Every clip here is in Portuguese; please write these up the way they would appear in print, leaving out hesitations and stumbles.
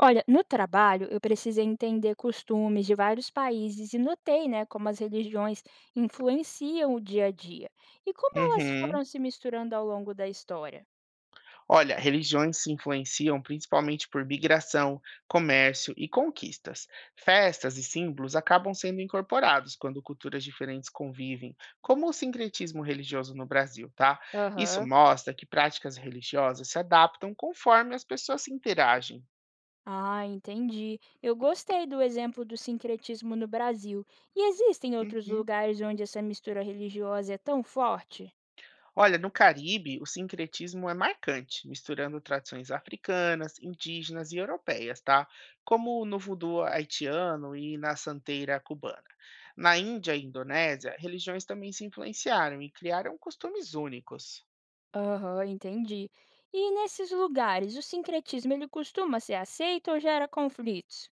Olha, no trabalho eu precisei entender costumes de vários países e notei, né, como as religiões influenciam o dia a dia e como elas Uhum. foram se misturando ao longo da história. Olha, religiões se influenciam principalmente por migração, comércio e conquistas. Festas e símbolos acabam sendo incorporados quando culturas diferentes convivem, como o sincretismo religioso no Brasil, tá? Isso Aham. mostra que práticas religiosas se adaptam conforme as pessoas se interagem. Ah, entendi. Eu gostei do exemplo do sincretismo no Brasil. E existem outros Uhum. lugares onde essa mistura religiosa é tão forte? Olha, no Caribe, o sincretismo é marcante, misturando tradições africanas, indígenas e europeias, tá? Como no vodu haitiano e na santeira cubana. Na Índia e Indonésia, religiões também se influenciaram e criaram costumes únicos. Aham, entendi. E nesses lugares, o sincretismo ele costuma ser aceito ou gera conflitos?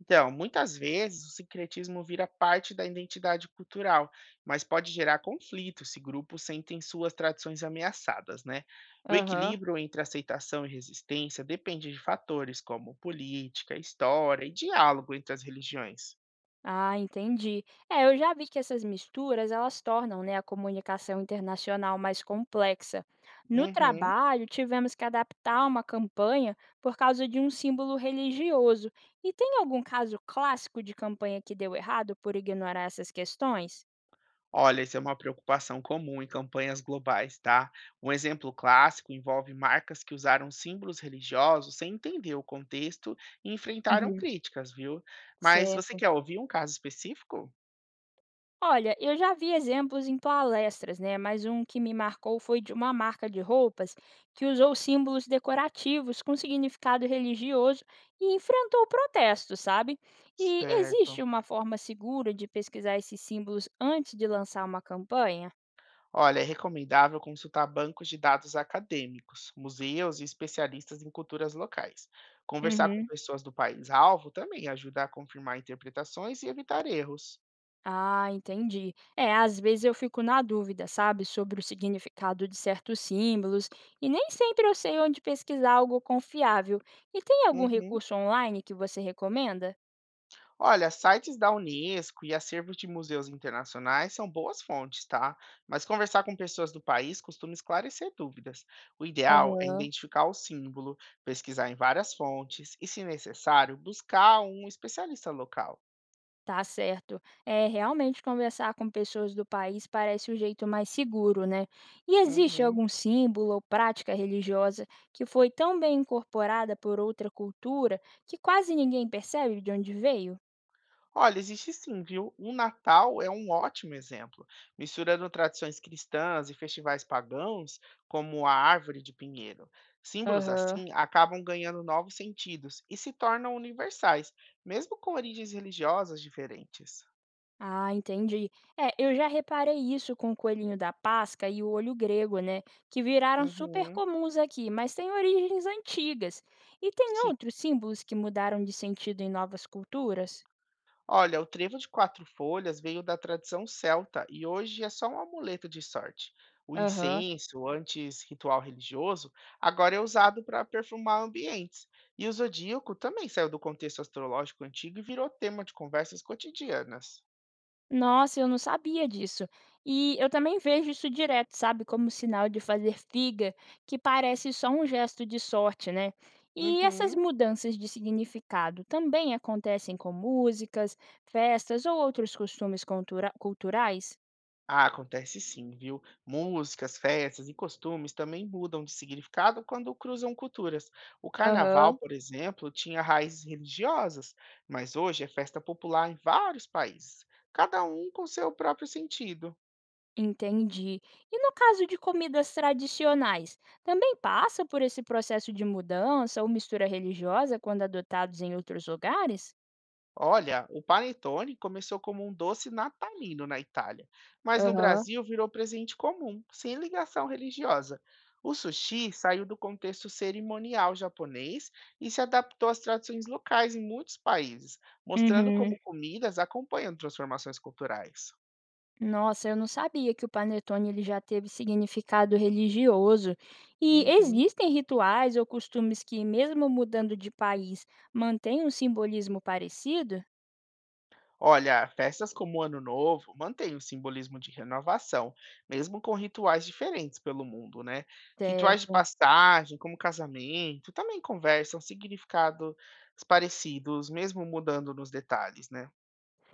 Então, muitas vezes o sincretismo vira parte da identidade cultural, mas pode gerar conflito se grupos sentem suas tradições ameaçadas, né? O Aham. equilíbrio entre aceitação e resistência depende de fatores como política, história e diálogo entre as religiões. Ah, entendi. É, eu já vi que essas misturas, elas tornam, né, a comunicação internacional mais complexa. No Uhum. trabalho, tivemos que adaptar uma campanha por causa de um símbolo religioso. E tem algum caso clássico de campanha que deu errado por ignorar essas questões? Olha, isso é uma preocupação comum em campanhas globais, tá? Um exemplo clássico envolve marcas que usaram símbolos religiosos sem entender o contexto e enfrentaram Uhum. críticas, viu? Mas você Certo. quer ouvir um caso específico? Olha, eu já vi exemplos em palestras, né? Mas um que me marcou foi de uma marca de roupas que usou símbolos decorativos com significado religioso e enfrentou protestos, sabe? E existe Certo. uma forma segura de pesquisar esses símbolos antes de lançar uma campanha? Olha, é recomendável consultar bancos de dados acadêmicos, museus e especialistas em culturas locais. Conversar com Uhum. pessoas do país-alvo também ajuda a confirmar interpretações e evitar erros. Ah, entendi. É, às vezes eu fico na dúvida, sabe, sobre o significado de certos símbolos, e nem sempre eu sei onde pesquisar algo confiável. E tem algum Uhum. recurso online que você recomenda? Olha, sites da Unesco e acervos de museus internacionais são boas fontes, tá? Mas conversar com pessoas do país costuma esclarecer dúvidas. O ideal é Aham, identificar o símbolo, pesquisar em várias fontes e, se necessário, buscar um especialista local. tá certo. É, realmente conversar com pessoas do país parece o jeito mais seguro, né? E existe Uhum. algum símbolo ou prática religiosa que foi tão bem incorporada por outra cultura que quase ninguém percebe de onde veio? Olha, existe sim, viu? O Natal é um ótimo exemplo, misturando tradições cristãs e festivais pagãos, como a árvore de pinheiro. Símbolos Aham. assim acabam ganhando novos sentidos e se tornam universais, mesmo com origens religiosas diferentes. Ah, entendi. É, eu já reparei isso com o coelhinho da Páscoa e o olho grego, né? Que viraram super Uhum, comuns aqui, mas têm origens antigas. E tem sim. outros símbolos que mudaram de sentido em novas culturas? Olha, o trevo de 4 folhas veio da tradição celta e hoje é só um amuleto de sorte. O Aham. incenso, antes ritual religioso, agora é usado para perfumar ambientes. E o zodíaco também saiu do contexto astrológico antigo e virou tema de conversas cotidianas. Nossa, eu não sabia disso. E eu também vejo isso direto, sabe? Como sinal de fazer figa, que parece só um gesto de sorte, né? E essas Uhum. mudanças de significado também acontecem com músicas, festas ou outros costumes culturais? Ah, acontece sim, viu? Músicas, festas e costumes também mudam de significado quando cruzam culturas. O carnaval, Aham. por exemplo, tinha raízes religiosas, mas hoje é festa popular em vários países, cada um com seu próprio sentido. Entendi. E no caso de comidas tradicionais, também passa por esse processo de mudança ou mistura religiosa quando adotados em outros lugares? Olha, o panetone começou como um doce natalino na Itália, mas no Aham. Brasil virou presente comum, sem ligação religiosa. O sushi saiu do contexto cerimonial japonês e se adaptou às tradições locais em muitos países, mostrando Uhum. como comidas acompanham transformações culturais. Nossa, eu não sabia que o panetone ele já teve significado religioso. E Uhum. existem rituais ou costumes que, mesmo mudando de país, mantêm um simbolismo parecido? Olha, festas como o Ano Novo mantêm o simbolismo de renovação, mesmo com rituais diferentes pelo mundo, né? Rituais de Certo, passagem, como casamento, também conversam significados parecidos, mesmo mudando nos detalhes, né?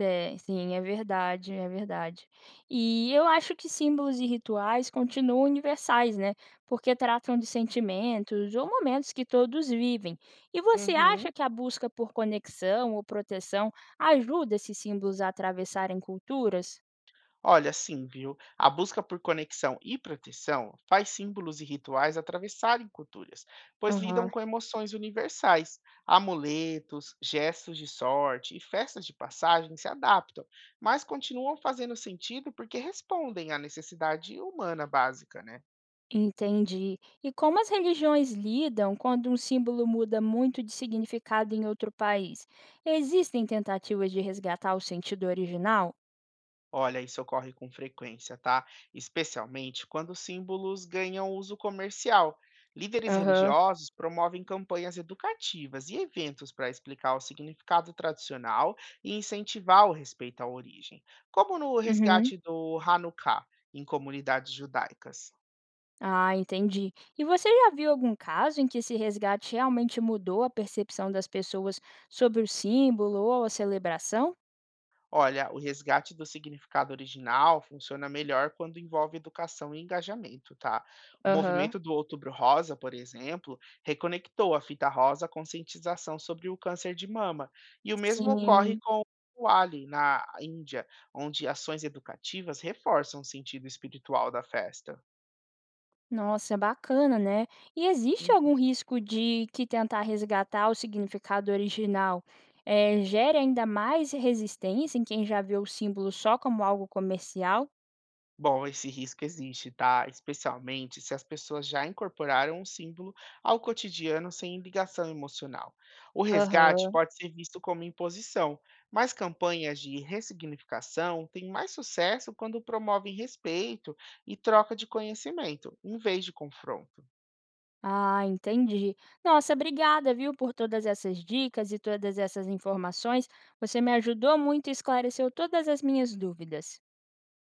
é, sim, é verdade, é verdade. E eu acho que símbolos e rituais continuam universais, né? Porque tratam de sentimentos ou momentos que todos vivem. E você Uhum. acha que a busca por conexão ou proteção ajuda esses símbolos a atravessarem culturas? Olha, sim, viu? A busca por conexão e proteção faz símbolos e rituais atravessarem culturas, pois lidam Aham. com emoções universais. Amuletos, gestos de sorte e festas de passagem se adaptam, mas continuam fazendo sentido porque respondem à necessidade humana básica, né? Entendi. E como as religiões lidam quando um símbolo muda muito de significado em outro país? Existem tentativas de resgatar o sentido original? Olha, isso ocorre com frequência, tá? Especialmente quando símbolos ganham uso comercial. Líderes Aham. religiosos promovem campanhas educativas e eventos para explicar o significado tradicional e incentivar o respeito à origem, como no Uhum. resgate do Hanukkah em comunidades judaicas. Ah, entendi. E você já viu algum caso em que esse resgate realmente mudou a percepção das pessoas sobre o símbolo ou a celebração? Olha, o resgate do significado original funciona melhor quando envolve educação e engajamento, tá? O Aham. movimento do Outubro Rosa, por exemplo, reconectou a fita rosa à conscientização sobre o câncer de mama. E o mesmo ocorre Sim. com o Ali, na Índia, onde ações educativas reforçam o sentido espiritual da festa. Nossa, é bacana, né? E existe algum risco de que tentar resgatar o significado original gere ainda mais resistência em quem já vê o símbolo só como algo comercial? Bom, esse risco existe, tá? Especialmente se as pessoas já incorporaram um símbolo ao cotidiano sem ligação emocional. O resgate Aham. pode ser visto como imposição, mas campanhas de ressignificação têm mais sucesso quando promovem respeito e troca de conhecimento, em vez de confronto. Ah, entendi. Nossa, obrigada, viu, por todas essas dicas e todas essas informações. Você me ajudou muito e esclareceu todas as minhas dúvidas.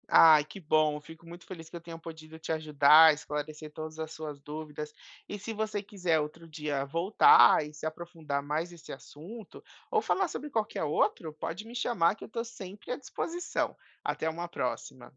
Ai, que bom. Fico muito feliz que eu tenha podido te ajudar, esclarecer todas as suas dúvidas. E se você quiser outro dia voltar e se aprofundar mais nesse assunto, ou falar sobre qualquer outro, pode me chamar que eu estou sempre à disposição. Até uma próxima.